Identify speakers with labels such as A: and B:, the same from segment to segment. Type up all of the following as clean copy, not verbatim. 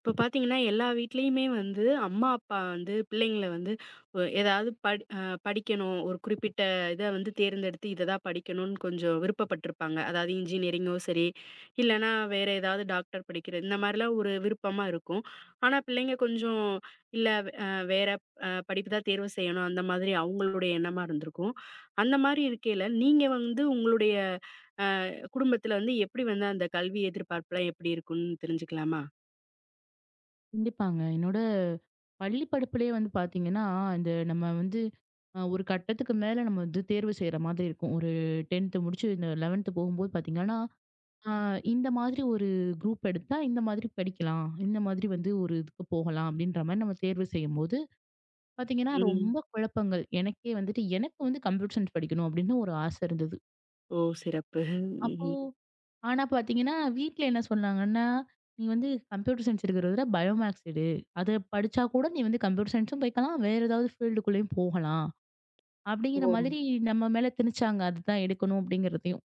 A: இப்ப பாத்தீங்கன்னா, எல்லா வீட்லயுமே வந்து அம்மா, அப்பா வந்து பிள்ளைங்கள வந்து ஏதாவது படிக்கணும். ஒரு குறிப்பிட்ட இத வந்து தேர்ந்தெடுத்து இத தான் படிக்கணும்னு கொஞ்சம் விருப்பப்பட்டுருப்பாங்க. அதாவது இன்ஜினியரிங்கோ சரி, இல்லன்னா வேற ஏதாவது டாக்டர் படிக்கிறது இந்த மாரிலாம் ஒரு விருப்பமா இருக்கும். ஆனா பிள்ளைங்க கொஞ்சம் இல்ல வேற படிப்பு தான் தேர்வு செய்யணும். அந்த மாதிரி அவங்களுடைய எண்ணமா இருந்திருக்கும். அந்த மாரி இருக்கையில, நீங்க வந்து உங்களுடைய குடும்பத்துல வந்து எப்படி வந்து அந்த கல்வி எதிர்பார்ப்புலாம் எப்படி இருக்கும்னு தெரிஞ்சுக்கலாமா?
B: கண்டிப்பாங்க. என்னோட பள்ளி படிப்புலயே வந்து பார்த்தீங்கன்னா, இந்த நம்ம வந்து ஒரு கட்டத்துக்கு மேல நம்ம வந்து தேர்வு செய்ற மாதிரி இருக்கும். ஒரு 10ஆம் முடிச்சு இந்த 11ஆம் போகும்போது பார்த்தீங்கன்னா, அ இந்த மாதிரி ஒரு குரூப் எடுத்தா இந்த மாதிரி படிக்கலாம். இந்த மாதிரி வந்து ஒரு இதுக்கு போகலாம் அப்படின்ற மாரி நம்ம தேர்வு செய்யும்போது பார்த்தீங்கன்னா,
A: ம்.
B: ரொம்ப குழப்பங்கள். எனக்கே வந்துட்டு எனக்கு வந்து கம்ப்யூட்டர் சயின்ஸ் படிக்கணும் அப்படின்னு ஒரு ஆசை இருந்தது.
A: ஓ! சிறப்பு. ம்ஹ்ம்.
B: அப்போ ஆனா பாத்தீங்கன்னா, வீட்ல என்ன சொன்னாங்கன்னா, "நீ வந்து கம்ப்யூட்டர் சயின்ஸ் எடுக்கிறத விட பயோ மேக்ஸ் எடு. அத படிச்சா கூட நீ வந்து கம்ப்யூட்டர் சயின்ஸும் போய்க்கலாம். வேற ஏதாவது ஃபீல்டுக்குள்ளேயும் போகலாம்."
A: ஓ!
B: அப்படிங்கிற மாதிரி நம்ம மேல திணிச்சாங்க. அதுதான் எடுக்கணும் அப்படிங்கிறதையும்.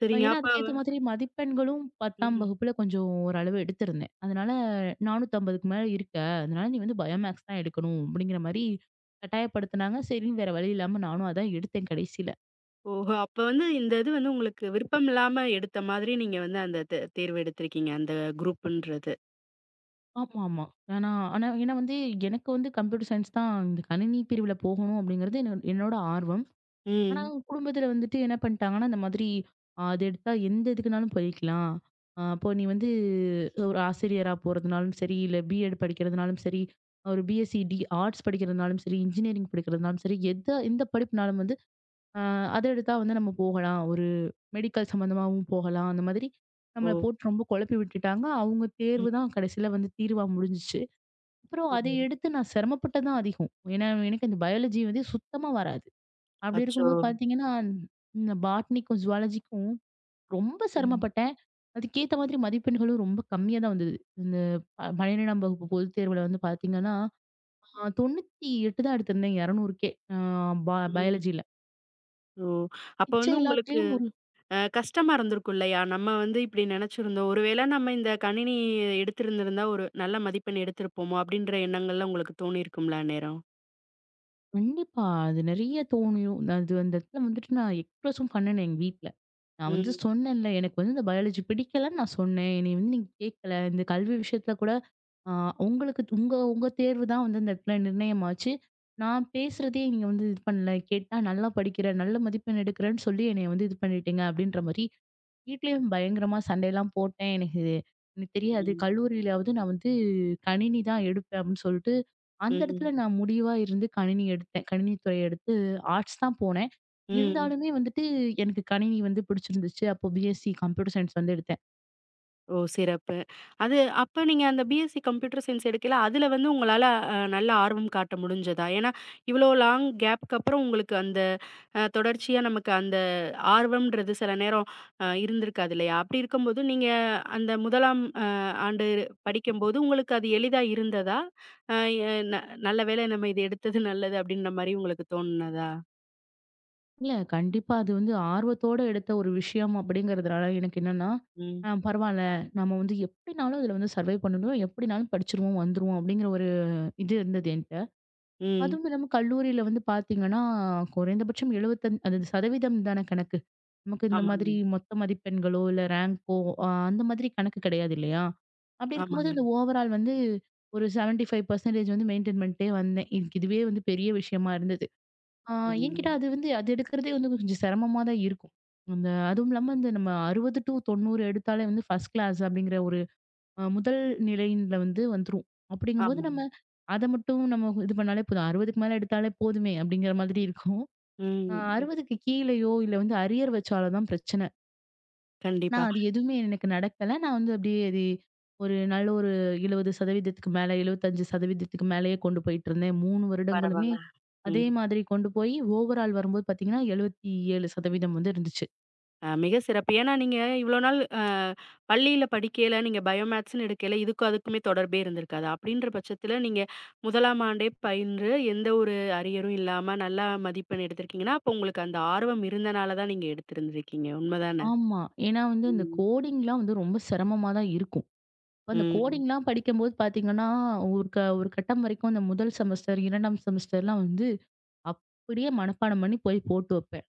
A: சரிங்க.
B: ஏன்னா,
A: அப்ப
B: அதுக்கேத்த மாதிரி மதிப்பெண்களும் 10ஆம்
A: ம்.
B: வகுப்புல கொஞ்சம் ஓரளவு எடுத்திருந்தேன். அதனால 450க்கு மேல இருக்க. அதனால நீ வந்து பயோ மேக்ஸ் தான் எடுக்கணும் அப்படிங்கிற மாரி கட்டாயப்படுத்துனாங்க. சரின்னு வேற வழி இல்லாம நானும் அதான் எடுத்தேன் கடைசில.
A: ஓஹோ! அப்ப வந்து இந்த இது வந்து உங்களுக்கு விருப்பம் இல்லாம எடுத்த மாதிரி நீங்க வந்து அந்த தேர்வு எடுத்திருக்கீங்க. அந்த குரூப்புன்றது.
B: ஆமாமா. ஆனா ஆனா ஏன்னா வந்து எனக்கு வந்து கம்ப்யூட்டர் சயின்ஸ் தான் இந்த கணினி பிரிவுல போகணும் அப்படிங்கிறது என்னோட ஆர்வம். ஆனா
A: ம்.
B: குடும்பத்துல வந்துட்டு என்ன பண்ணிட்டாங்கன்னா, இந்த மாதிரி அது எடுத்தா எந்த இதுக்குனாலும் போய்க்கலாம். அப்போ நீ வந்து ஒரு ஆசிரியரா போறதுனாலும் சரி, இல்ல பிஎட் படிக்கிறதுனாலும் சரி, ஒரு பிஎஸ்சி டி ஆர்ட்ஸ் படிக்கிறதுனாலும் சரி, இன்ஜினியரிங் படிக்கிறதுனாலும் சரி, எந்த படிப்புனாலும் வந்து அ அத எடுத்தா வந்து நம்ம போகலாம். ஒரு மெடிக்கல் சம்மந்தமாவும் போகலாம்." அந்த மாதிரி
A: ஓ!
B: நம்மள போட்டு ரொம்ப குழப்பி விட்டுட்டாங்க. அவங்க
A: ம்.
B: தேர்வு தான் கடைசியில வந்து தீர்வா முடிஞ்சுச்சு. அப்புறம்
A: ஓ!
B: அதை எடுத்து நான் சிரமப்பட்டது தான் அதிகம். ஏன்னா, எனக்கு அந்த பயாலஜி வந்து சுத்தமா வராது. அப்படி
A: அச்சோ!
B: இருக்கும்போது பார்த்தீங்கன்னா, இந்த பாட்னிக்கும், ஜூவாலஜிக்கும் ரொம்ப
A: ம்.
B: சிரமப்பட்டேன். அதுக்கேத்த மாதிரி மதிப்பெண்களும் ரொம்ப கம்மியா தான் வந்தது. இந்த 12ஆம் வகுப்பு பொதுத் தேர்வுல வந்து பார்த்தீங்கன்னா, 98 தான் எடுத்திருந்தேன் 200க்கே. அ ப
A: ம்.
B: பயாலஜில.
A: ஓ! அப்ப
B: மிச்ச
A: வந்து உங்களுக்கு
B: எல்லாத்துலயும் ஒரு
A: கஷ்டமா இருந்திருக்கும் இல்லையா? நம்ம வந்து இப்படி நினைச்சிருந்தோம். ஒருவேளை நம்ம இந்த கணினி எடுத்திருந்திருந்தா ஒரு நல்ல மதிப்பெண் எடுத்திருப்போமோ! அப்படின்ற எண்ணங்கள்லாம் உங்களுக்கு தோணியிருக்கும்ல அந்நேரம்.
B: கண்டிப்பா. அது நெறைய தோணியும். அது அந்த இடத்துல வந்துட்டு நான் எக்ஸ்பிரஸும் பண்ணுனேன் எங்க வீட்ல. நான் வந்து
A: ம்.
B: சொன்னேன்ல, எனக்கு வந்து இந்த பயாலஜி பிடிக்கலன்னு நான் சொன்னேன். என்னைய வந்து நீங்க கேட்கல. இந்த கல்வி விஷயத்துல கூட ஆ உங்களுக்கு உங்க உங்க தேர்வு தான் வந்து அந்த இடத்துல நிர்ணயமாச்சு. நான் பேசுறதே நீங்க வந்து இது பண்ணல. கேட்டா நல்லா படிக்கிற, நல்ல மதிப்பெண் எடுக்கிறேன்னு சொல்லி என்னைய வந்து இது பண்ணிட்டீங்க அப்படின்ற மாரி, வீட்லயும் பயங்கரமா சண்டையெல்லாம் போட்டேன். எனக்கு தெரியாது.
A: ம்.
B: கல்லூரியிலாவது நான் வந்து கணினி தான் எடுப்பேன் அப்படின்னு சொல்லிட்டு அந்த
A: ம்.
B: இடத்துல நான் முடிவா இருந்து கணினி எடுத்தேன். கணினித்துறை எடுத்து ஆர்ட்ஸ் தான் போனேன்.
A: ம்.
B: இருந்தாலுமே வந்துட்டு எனக்கு கணினி வந்து பிடிச்சிருந்துச்சு. அப்போ பிஎஸ்சி கம்ப்யூட்டர் சயின்ஸ் வந்து எடுத்தேன்.
A: ஓ! சிறப்பு. அது அப்ப நீங்க அந்த பிஎஸ்சி கம்ப்யூட்டர் சயன்ஸ் எடுக்கையில, அதுல வந்து உங்களால நல்ல ஆர்வம் காட்ட முடிஞ்சதா? ஏன்னா, இவ்ளோ லாங் கேப்க்கு அப்புறம் உங்களுக்கு அந்த தொடர்ச்சியா நமக்கு அந்த ஆர்வம்ன்றது சில நேரம் இருந்திருக்காது இல்லையா? அப்படி இருக்கும்போது, நீங்க அந்த 1ஆம் ஆண்டு படிக்கும்போது உங்களுக்கு அது எளிதா இருந்ததா? அ எ "ந "நல்ல வேளை நம்ம இது எடுத்தது நல்லது." அப்படின்ற மாரி உங்களுக்கு தோணுனதா?
B: இல்ல கண்டிப்பா அது வந்து ஆர்வத்தோட எடுத்த ஒரு விஷயம் அப்படிங்கிறதுனால எனக்கு என்னன்னா,
A: ம்.
B: பரவால்ல நம்ம வந்து எப்படினாலும் இதுல வந்து சர்வை பண்ணணும். எப்படினாலும் படிச்சுருவோம், வந்துருவோம் அப்படிங்கிற ஒரு இது இருந்தது என்ட்ட.
A: ம்.
B: அதுவும் இல்லாம கல்லூரியில வந்து பார்த்தீங்கன்னா, குறைந்தபட்சம் 75 அது சதவீதம் தான கணக்கு. நமக்கு இந்த
A: ஆமாங்க.
B: மாதிரி மொத்த மதிப்பெண்களோ, இல்ல ரேங்கோ அந்த மாதிரி கணக்கு கிடையாது இல்லையா? அப்படி இருக்கும்போது
A: ஆமாங்க.
B: இந்த ஓவரால் வந்து ஒரு 75% வந்து மெயின்டெயின் பண்ணிட்டே வந்தேன். எனக்கு இதுவே வந்து பெரிய விஷயமா இருந்தது. ஆ என்கிட்ட
A: ம்.
B: அது வந்து அது எடுக்கிறதே வந்து கொஞ்சம் சிரமமா தான் இருக்கும். அந்த அதுவும் இல்லாம இந்த நம்ம 60 டூ 90 எடுத்தாலே வந்து ஃபர்ஸ்ட் கிளாஸ் அப்படிங்கிற ஒரு முதல் நிலையில வந்து வந்துரும். அப்படிங்கும்போது
A: ஆமா.
B: நம்ம அத மட்டும் நம்ம இது பண்ணாலே போதும். 60க்கு மேல எடுத்தாலே போதுமே அப்படிங்கிற மாதிரி இருக்கும். அ
A: ம். ம்.
B: 60க்கு கீழயோ இல்ல வந்து அரியர் வச்சாலும் தான் பிரச்சனை. நான்
A: கண்டிப்பா.
B: அது எதுவுமே எனக்கு நடக்கல. நான் வந்து அப்படியே அது ஒரு நல்ல ஒரு 70% மேல 75% மேலயே கொண்டு போயிட்டு இருந்தேன். 3 வருடங்களுமே
A: பரவால்ல.
B: அதே
A: ம்.
B: மாதிரி கொண்டு போய் ஓவரால் வரும்போது பார்த்தீங்கன்னா, 77% வந்து இருந்துச்சு.
A: மிக சிறப்பு. ஏன்னா நீங்க இவ்ளோ நாள் பள்ளியில படிக்கையில நீங்க பயோமேத்ஸ்ன்னு எடுக்கையில, இதுக்கும் அதுக்குமே தொடர்பே இருந்திருக்காது. அப்படின்ற பட்சத்தில நீங்க 1ஆம் ஆண்டே பயின்று எந்த ஒரு அரியரும் இல்லாம நல்லா மதிப்பெண் எடுத்திருக்கீங்கன்னா, அப்போ உங்களுக்கு அந்த ஆர்வம் இருந்தனால தான் நீங்க எடுத்திருந்திருக்கீங்க. உண்மதானே?
B: ஆமா. ஏன்னா வந்து இந்த
A: ம்.
B: கோடிங்லாம் வந்து ரொம்ப சிரமமா தான் இருக்கும். அந்த
A: ம்.
B: கோடிங்லாம் படிக்கும்போது பார்த்தீங்கன்னா, ஒரு கட்டம் வரைக்கும் அந்த முதல் செமஸ்டர், 2ஆம் செமஸ்டர்லாம் வந்து அப்படியே மனப்பாடம் பண்ணி போய் போட்டு வைப்பேன்.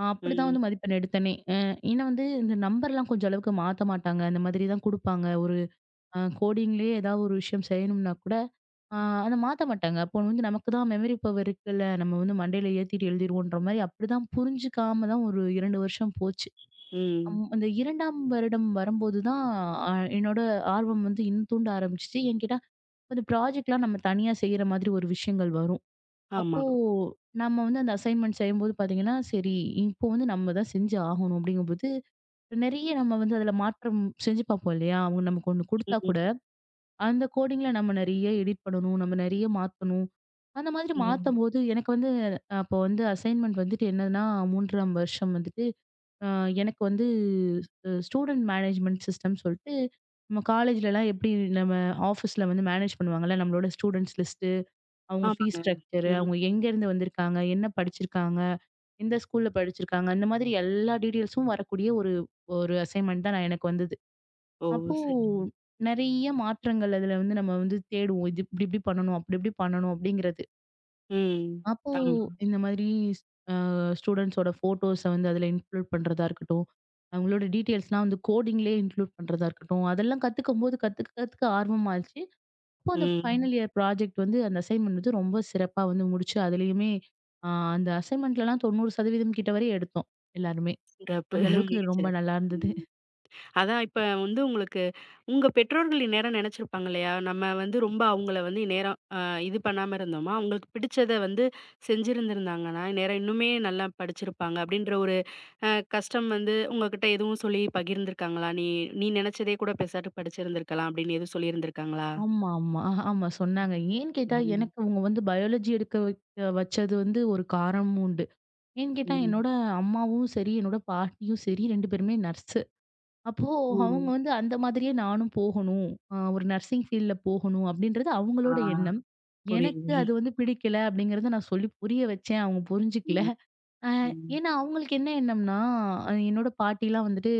B: அப்படிதான்
A: ம்.
B: வந்து மதிப்பெண் எடுத்தேனே. ஏன்னா வந்து இந்த நம்பர்லாம் கொஞ்சம் அளவுக்கு மாத்த மாட்டாங்க. அந்த மாதிரி தான் குடுப்பாங்க. ஒரு கோடிங்லேயே ஏதாவது ஒரு விஷயம் செய்யணும்னா கூட, அ அத மாத்த மாட்டாங்க. அப்போ வந்து நமக்கு தான் மெமரி பவர் இருக்குல்ல. நம்ம வந்து மண்டையில ஏத்திட்டு எழுதிருவோன்ற மாரி அப்படிதான் புரிஞ்சுக்காம தான் ஒரு 2 வருஷம் போச்சு.
A: ம்.
B: அந்த 2ஆம் வருடம் வரும்போது தான் அ என்னோட ஆர்வம் வந்து இன்னும் தூண்ட ஆரம்பிச்சுச்சு. என்கிட்ட அது ப்ராஜெக்ட்லாம் நம்ம தனியா செய்ற மாதிரி ஒரு விஷயங்கள் வரும்.
A: ஆமா.
B: அப்போ நம்ம வந்து அந்த அசைன்மென்ட் செய்யும்போது பார்த்தீங்கன்னா, சரி இப்போ வந்து நம்ம தான் செஞ்சு ஆகணும் அப்படிங்கும்போது, நெறைய நம்ம வந்து அதில மாற்றம் செஞ்சு பார்ப்போம் இல்லையா? அவங்க நமக்கு ஒண்ணு குடுத்தா
A: ம்.
B: கூட, அந்த கோடிங்ல நம்ம நெறைய எடிட் பண்ணணும். நம்ம நெறைய மாத்தணும். அந்த மாதிரி
A: ம்.
B: மாத்தம்போது எனக்கு வந்து அப்போ வந்து அசைன்மென்ட் வந்துட்டு என்னன்னா 3ஆம் வருஷம் வந்துட்டு அ எனக்கு வந்து ஸ்டூடெண்ட் மேனேஜ்மென்ட் சிஸ்டம்னு சொல்ட்டு, நம்ம காலேஜ்லலாம் எப்படி நம்ம ஆஃபீஸ்ல வந்து மேனேஜ் பண்ணுவாங்கல்ல நம்மளோட ஸ்டூடண்ட்ஸ் லிஸ்ட் அவங்க
A: ஆமாங்க.
B: ஃபீஸ் ஸ்ட்ரக்சர்,
A: ம்.
B: அவங்க எங்கேருந்து வந்திருக்காங்க? என்ன படிச்சிருக்காங்க? எந்த ஸ்கூல்ல படிச்சிருக்காங்க? இந்த மாதிரி எல்லா டீட்டெயில்ஸும் வரக்கூடிய ஒரு ஒரு அசைன்மென்ட் தான் நான் எனக்கு வந்தது.
A: ஓ!
B: அப்போ
A: சரிங்க.
B: நெறைய மாற்றங்கள் அதுல வந்து நம்ம வந்து தேடுவோம். இது இப்டி இப்டி பண்ணணும், அப்படி இப்படி பண்ணணும் அப்படிங்கிறது.
A: ம்.
B: அப்போ
A: ஆமா.
B: இந்த மாதிரி அ ஸ்டூடண்ட்ஸோட ஃபோட்டோஸ வந்து அதுல இன்க்ளூட் பண்றதா இருக்கட்டும், அவங்களோட டீட்டெயில்ஸ்லாம் வந்து கோடிங்லயே இன்க்ளூட் பண்றதா இருக்கட்டும், அதெல்லாம் கத்துக்கும்போது கத்துக்க கத்துக்க ஆர்வமாச்சு. அப்போ அந்த
A: ம்.
B: ஃபைனல் இயர் ப்ராஜெக்ட் வந்து அந்த அசைன்மெண்ட் வந்து ரொம்ப சிறப்பா வந்து முடிச்சு, அதுலயுமே அ அந்த அசைன்மெண்ட்லலாம் 90% கிட்ட வரை எடுத்தோம் எல்லாருமே.
A: சிறப்பு.
B: அந்த அளவுக்கு
A: மிகச்
B: ரொம்ப
A: சிறப்பு.
B: நல்லா இருந்தது.
A: ம். அதான் இப்ப வந்து உங்களுக்கு உங்க பெற்றோர்கள் இந்நேரம் நினைச்சிருப்பாங்க இல்லையா? நம்ம வந்து ரொம்ப அவங்கள வந்து இந்நேரம் இது பண்ணாம இருந்தோமா, அவங்களுக்கு பிடிச்சத வந்து செஞ்சிருந்திருந்தாங்கன்னா, இந்நேரம் இன்னுமே நல்லா படிச்சிருப்பாங்க அப்படின்ற ஒரு அ கஷ்டம் வந்து உங்ககிட்ட எதுவும் சொல்லி பகிர்ந்திருக்காங்களா? நீ நீ நினைச்சதே கூட பெசாட்டு படிச்சிருந்திருக்கலாம் அப்படின்னு எதுவும் சொல்லியிருந்திருக்காங்களா?
B: ஆமா, ஆமா. ஆமா சொன்னாங்க. ஏன்னு கேட்டா,
A: ம்.
B: எனக்கு அவங்க வந்து பயாலஜி எடுக்க வைக்க வச்சது வந்து ஒரு காரணமும் உண்டு. ஏன்னு கேட்டா,
A: ம்.
B: என்னோட அம்மாவும் சரி, என்னோட பாட்டியும் சரி 2 பேருமே நர்ஸ். அப்போ
A: ஓ!
B: அவங்க வந்து அந்த மாதிரியே நானும் போகணும். ஒரு நர்சிங் ஃபீல்ட்ல போகணும் அப்படின்றது
A: ஆ
B: அவங்களோட எண்ணம். எனக்கு
A: புரியுது.
B: அது வந்து பிடிக்கல அப்படிங்கிறத நான் சொல்லி புரிய வச்சேன். அவங்க புரிஞ்சுக்கல.
A: ம்.
B: அ
A: ம்.
B: ஏன்னா அவங்களுக்கு என்ன எண்ணம்னா, என்னோட பாட்டிலாம் வந்துட்டு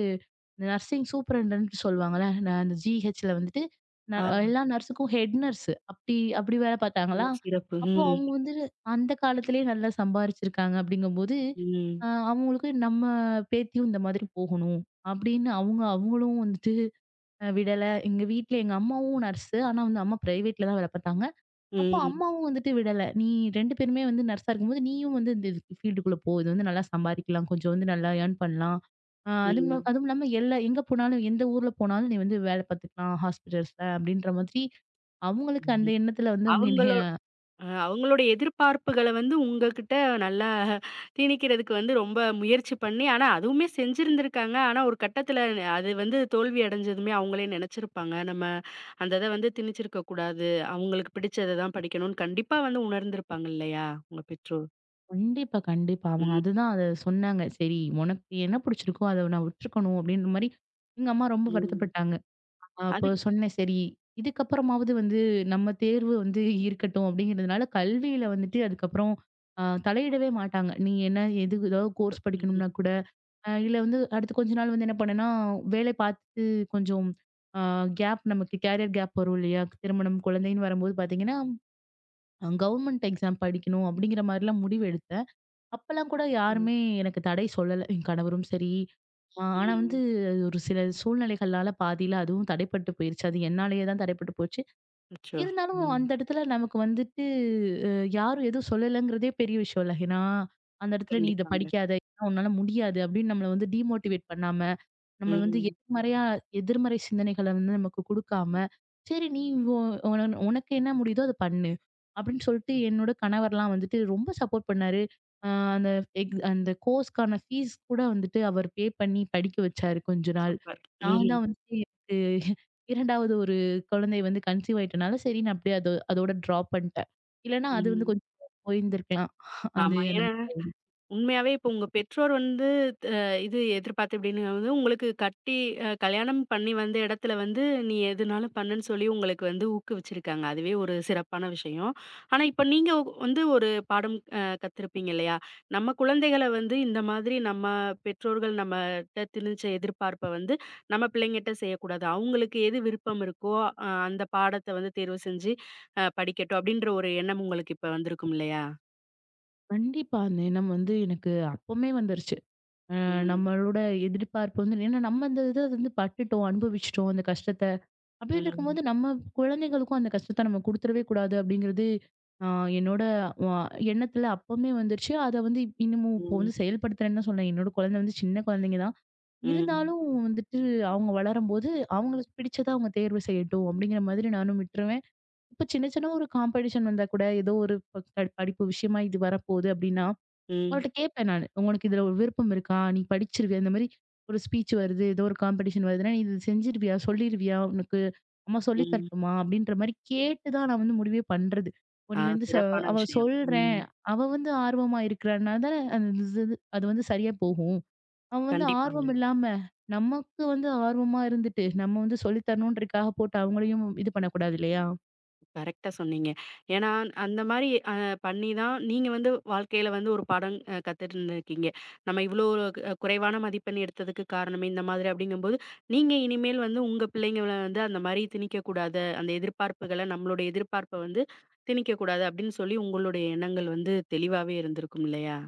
B: இந்த நர்சிங் சூப்பரண்டன்ட் சொல்லுவாங்கல்ல. நான் அந்த ஜிஹெச்ல வந்துட்டு ந
A: ஆ.
B: எல்லா நர்ஸுக்கும் ஹெட் நர்ஸ். அப்படி அப்படி வேலை
A: ஓ!
B: பார்த்தாங்களா.
A: சிறப்பு.
B: அப்போ
A: ம்.
B: அவங்க வந்து அந்த காலத்திலேயே நல்லா சம்பாரிச்சிருக்காங்க அப்படிங்கும்போது,
A: ம்.
B: அவங்களுக்கு நம்ம பேத்தியும் இந்த மாதிரி போகணும் அப்படின்னு அவங்களும் வந்துட்டு விடல. எங்க வீட்ல எங்க அம்மாவும் நர்ஸு. ஆனா வந்து அம்மா பிரைவேட்ல தான் வேலை பார்த்தாங்க. அப்போ
A: ம்.
B: அம்மாவும் வந்துட்டு விடல. "நீ 2 பேருமே வந்து நர்ஸா இருக்கும்போது, நீயும் வந்து இந்த இதுக்கு ஃபீல்டுக்குள்ள போ. இது வந்து நல்லா சம்பாதிக்கலாம். கொஞ்சம் வந்து நல்லா ஏர்ன் பண்ணலாம்.
A: ம்.
B: அதுவும் இல்லாம எங்க போனாலும், எந்த ஊர்ல போனாலும் நீ வந்து வேலை பார்த்துக்கலாம் ஹாஸ்பிட்டல்ஸ்ல." அப்படின்ற மாதிரி அவங்களுக்கு அந்த
A: ம்.
B: எண்ணத்துல வந்து அவங்க
A: அவங்களோ
B: என்னைய
A: அவங்களுடைய எதிர்பார்ப்புகள வந்து உங்ககிட்ட நல்லா திணிக்கிறதுக்கு வந்து ரொம்ப முயற்சி பண்ணி, ஆனா அதுவுமே செஞ்சிருந்திருக்காங்க. ஆனா ஒரு கட்டத்துல அது வந்து தோல்வி அடைஞ்சதுமே அவங்களே நெனச்சிருப்பாங்க. நம்ம அந்த இத வந்து திணிச்சிருக்க கூடாது. அவங்களுக்கு பிடிச்சத தான் படிக்கணும்னு கண்டிப்பா வந்து உணர்ந்திருப்பாங்க இல்லையா? உங்க பெற்றோர்.
B: கண்டிப்பா, கண்டிப்பா. அவங்க
A: ம்,
B: அதுதான் அத சொன்னாங்க. "சரி, உனக்கு என்ன புடிச்சிருக்கோ, அத நான் விட்டுருக்கணும்." அப்படின்ற மாரி எங்க அம்மா ரொம்ப
A: ம்.
B: வருத்தப்பட்டாங்க.
A: அது
B: அப்போ சொன்னேன் சரி, இதுக்கப்புறமாவது வந்து நம்ம தேர்வு வந்து இருக்கட்டும் அப்படிங்கிறதுனால, கல்வியில வந்துட்டு அதுக்கப்புறம் தலையிடவே மாட்டாங்க. நீ என்ன எது ஏதாவது கோர்ஸ்
A: ம்,
B: படிக்கணும்னா கூட, இல்ல வந்து அடுத்து கொஞ்ச நாள் வந்து என்ன பண்ணேன்னா, வேலை பார்த்து கொஞ்சம் அ கேப் நமக்கு கேரியர் கேப் வரும் இல்லையா? திருமணம், குழந்தைன்னு வரும்போது பார்த்தீங்கன்னா, கவர்மெண்ட் எக்ஸாம் படிக்கணும் அப்படிங்கிற மாரிலாம் முடிவு எடுத்தேன். அப்பலாம் கூட
A: ம்,
B: யாருமே எனக்கு தடை சொல்லல. என் கணவரும் சரி. ஆனா வந்து
A: ம்.
B: அது ஒரு சில சூழ்நிலைகள்னால பாதியில அதுவும் தடைப்பட்டு போயிருச்சு. அது என்னாலேயே தான் தடைப்பட்டு போச்சு.
A: அச்சோ!
B: இருந்தாலும்
A: ம்.
B: அந்த இடத்துல நமக்கு வந்துட்டு அ யாரும் எதுவும் சொல்லலங்கிறதே பெரிய விஷயம் இல்ல. ஏன்னா, அந்த இடத்துல நீ இத
A: கண்டிப்பாங்க.
B: படிக்காத, இதெல்லாம் உன்னால முடியாது அப்படின்னு நம்மள வந்து டிமோட்டிவேட் பண்ணாம நம்ம வந்து
A: ம்.
B: எதிர்மறையா எதிர்மறை சிந்தனைகள வந்து நமக்கு குடுக்காம, "சரி நீ உ உன உனக்கு என்ன முடியுதோ அத பண்ணு." அப்படின்னு சொல்லிட்டு என்னோட கணவர்லாம் வந்துட்டு ரொம்ப சப்போர்ட் பண்ணாரு. அ அந்த அந்த கோர்ஸ்க்கான ஃபீஸ் கூட வந்துட்டு அவர் பே பண்ணி படிக்க வச்சாரு கொஞ்ச நாள்.
A: சூப்பர்.
B: நான்
A: ம்,
B: தான் வந்துட்டு எனக்கு 2வது ஒரு குழந்தை வந்து கன்சீவ் ஆயிட்டனால, சரின்னு அப்படியே அது அதோட ட்ராப் பண்ணிட்டேன். இல்லன்னா அது வந்து
A: ம்.
B: கொஞ்சம் போயிருந்திருக்கலாம். அது
A: ஆமா.
B: அந்த
A: ஏன்னா
B: மாரி.
A: உண்மையாவே இப்ப உங்க பெற்றோர் வந்து அ இது எதிர்பார்த்து இப்படின்னு வந்து உங்களுக்கு கட்டி கல்யாணம் பண்ணி வந்த இடத்துல வந்து, "நீ எதுனாலும் பண்ணுன்னு" சொல்லி உங்களுக்கு வந்து ஊக்குவிச்சிருக்காங்க. அதுவே ஒரு சிறப்பான விஷயம். ஆனா, இப்ப நீங்க வந்து ஒரு பாடம் கத்திருப்பீங்க இல்லையா? நம்ம குழந்தைகள வந்து இந்த மாதிரி நம்ம பெற்றோர்கள் நம்மட்ட திணிச்ச எதிர்பார்ப்ப வந்து நம்ம பிள்ளைங்கட்ட செய்யக்கூடாது. அவங்களுக்கு எது விருப்பம் இருக்கோ, அந்த பாடத்த வந்து தேர்வு செஞ்சு படிக்கட்டும் அப்படின்ற ஒரு எண்ணம் உங்களுக்கு இப்ப வந்திருக்கும் இல்லையா?
B: கண்டிப்பா. அந்த எண்ணம் வந்து எனக்கு அப்பமே வந்துருச்சு. அ
A: ம்.
B: நம்மளோட எதிர்பார்ப்பு வந்து ஏன்னா நம்ம அந்த இத வந்து பட்டுட்டோம், அனுபவிச்சுட்டோம் அந்த கஷ்டத்த. அப்படின்னு
A: ம்.
B: இருக்கும்போது நம்ம குழந்தைகளுக்கும் அந்த கஷ்டத்த நம்ம குடுத்துறவே கூடாது அப்படிங்கிறது அ என்னோட அ எண்ணத்துல அப்பவுமே வந்துருச்சு. அத வந்து இன்னமும் இப்போ
A: ம்.
B: வந்து செயல்படுத்துறேன்னு தான் சொல்வேன். என்னோட குழந்தை வந்து சின்ன குழந்தைங்க தான்.
A: ம்,
B: இருந்தாலும் வந்துட்டு அவங்க வளரும்போது அவங்களுக்கு பிடிச்சத அவங்க தேர்வு செய்யட்டும் அப்படிங்கிற மாதிரி நானும் விட்டுருவேன். இப்ப சின்ன சின்ன ஒரு காம்படிஷன் வந்தா கூட ஏதோ ஒரு படிப்பு விஷயமா இது வரப்போகுது அப்படின்னா
A: ம்,
B: அவள்ட்ட கேட்பேன் நானு. "உங்களுக்கு இதுல ஒரு விருப்பம் இருக்கா? நீ படிச்சிருவியா? இந்த மாரி ஒரு ஸ்பீச் வருது, ஏதோ ஒரு காம்படிஷன் வருதுன்னா, நீ இது செஞ்சுருவியா? சொல்லிருவியா? உனக்கு அம்மா சொல்லி
A: ம்.
B: தரட்டுமா?" அப்படின்ற மாரி கேட்டு தான் நான் வந்து முடிவே பண்றது. இப்போ
A: ஆ
B: நீ வந்து ச
A: சிறப்பான
B: அவ
A: விஷயம்.
B: சொல்றேன்,
A: ம்.
B: அவ வந்து ஆர்வமா இருக்கிறனால தானே அது இது இது அது வந்து சரியா போகும். அவ வந்து ஆர்வம்
A: கண்டிப்பாங்க.
B: இல்லாம, நமக்கு வந்து ஆர்வமா இருந்துட்டு, நம்ம வந்து சொல்லி தரணுன்றதுக்காக போட்டு அவங்களையும் இது பண்ணக்கூடாது இல்லையா?
A: கரெக்ட்டா சொன்னீங்க. ஏன்னா, அந்த மாரி பண்ணி தான் நீங்க வந்து வாழ்க்கையில வந்து ஒரு பாடம் கத்துட்டு இருந்திருக்கீங்க. நம்ம இவ்ளோ குறைவான மதிப்பெண் எடுத்ததுக்கு காரணமே இந்த மாதிரி அப்படிங்கும்போது, நீங்க இனிமேல் வந்து உங்க பிள்ளைங்கள வந்து அந்த மாரி திணிக்கக்கூடாது. அந்த எதிர்பார்ப்புகள நம்மளுடைய எதிர்பார்ப்ப வந்து திணிக்கக்கூடாது அப்படின்னு சொல்லி உங்களுடைய எண்ணங்கள் வந்து தெளிவாவே இருந்திருக்கும் இல்லையா?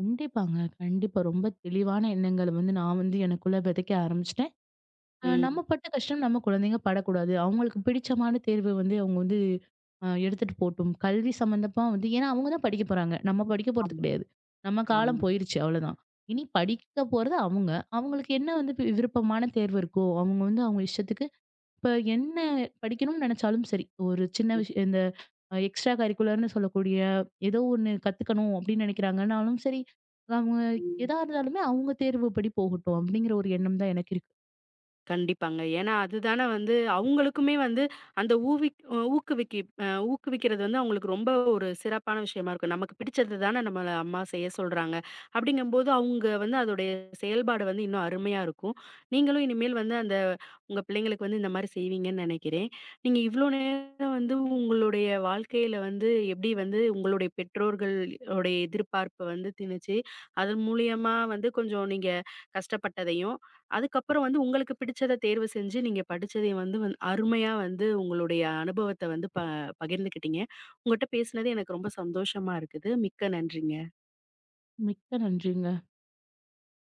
B: கண்டிப்பாங்க. கண்டிப்பா. ரொம்ப தெளிவான எண்ணங்கள வந்து நான் வந்து எனக்குள்ள விதைக்க ஆரம்பிச்சுட்டேன்.
A: ம்.
B: நம்ம பட்ட கஷ்டம் நம்ம குழந்தைங்க படக்கூடாது. அவங்களுக்கு பிடிச்சமான தேர்வு வந்து அவங்க வந்து எடுத்துட்டு போட்டும். கல்வி சம்மந்தமா வந்து ஏன்னா அவங்க தான் படிக்க போறாங்க. நம்ம படிக்க போறது
A: ஆமா,
B: கிடையாது. நம்ம காலம்
A: ஆமா.
B: போயிருச்சு அவ்வளோதான். இனி படிக்க போறது அவங்க. அவங்களுக்கு என்ன வந்து விருப்பமான தேர்வு இருக்கோ, அவங்க வந்து அவங்க இஷ்டத்துக்கு இப்ப என்ன படிக்கணும்னு நினைச்சாலும் சரி, ஒரு சின்ன
A: ம்,
B: விஷயம் இந்த எக்ஸ்ட்ரா கரிக்குலர்ன்னு சொல்லக்கூடிய ஏதோ ஒண்ணு கத்துக்கணும் அப்படின்னு நினைக்கிறாங்கன்னாலும் சரி, அவங்க
A: ம்.
B: எதா இருந்தாலுமே அவங்க தேர்வுப்படி போகட்டும் அப்படிங்கிற ஒரு எண்ணம் தான் எனக்கு இருக்கு.
A: கண்டிப்பாங்க. ஏன்னா, அதுதானே வந்து அவங்களுக்குமே வந்து அந்த ஊவிக் அ ஊக்குவிக்கி அ ஊக்குவிக்கிறது வந்து அவங்களுக்கு ரொம்ப ஒரு சிறப்பான விஷயமா இருக்கும். நமக்கு பிடிச்சது தானே நம்மள அம்மா செய்ய சொல்றாங்க. அப்படிங்கும்போது அவங்க வந்து அதோடைய செயல்பாடு வந்து இன்னும் அருமையா இருக்கும். நீங்களும் இனிமேல் வந்து அந்த உங்க பிள்ளைங்களுக்கு வந்து இந்த மாரி செய்வீங்கன்னு நினைக்கிறேன். நீங்க இவ்ளோ நேரம் வந்து உங்களுடைய வாழ்க்கையில வந்து எப்படி வந்து உங்களுடைய பெற்றோர்கள் உடைய எதிர்பார்ப்ப வந்து திணிச்சு, அதன் மூலியமா வந்து கொஞ்சம் நீங்க கஷ்டப்பட்டதையும் அதுக்கப்புறம் வந்து உங்களுக்கு பிடிச்சத தேர்வு செஞ்சு, நீங்க படிச்சதை வந்து அருமையா வந்து உங்களுடைய அனுபவத்த வந்து பகிர்ந்துக்கிட்டீங்க. உங்கட்ட பேசினது எனக்கு ரொம்ப சந்தோஷமா இருக்குது. மிக்க நன்றிங்க.
B: மிக்க நன்றிங்க.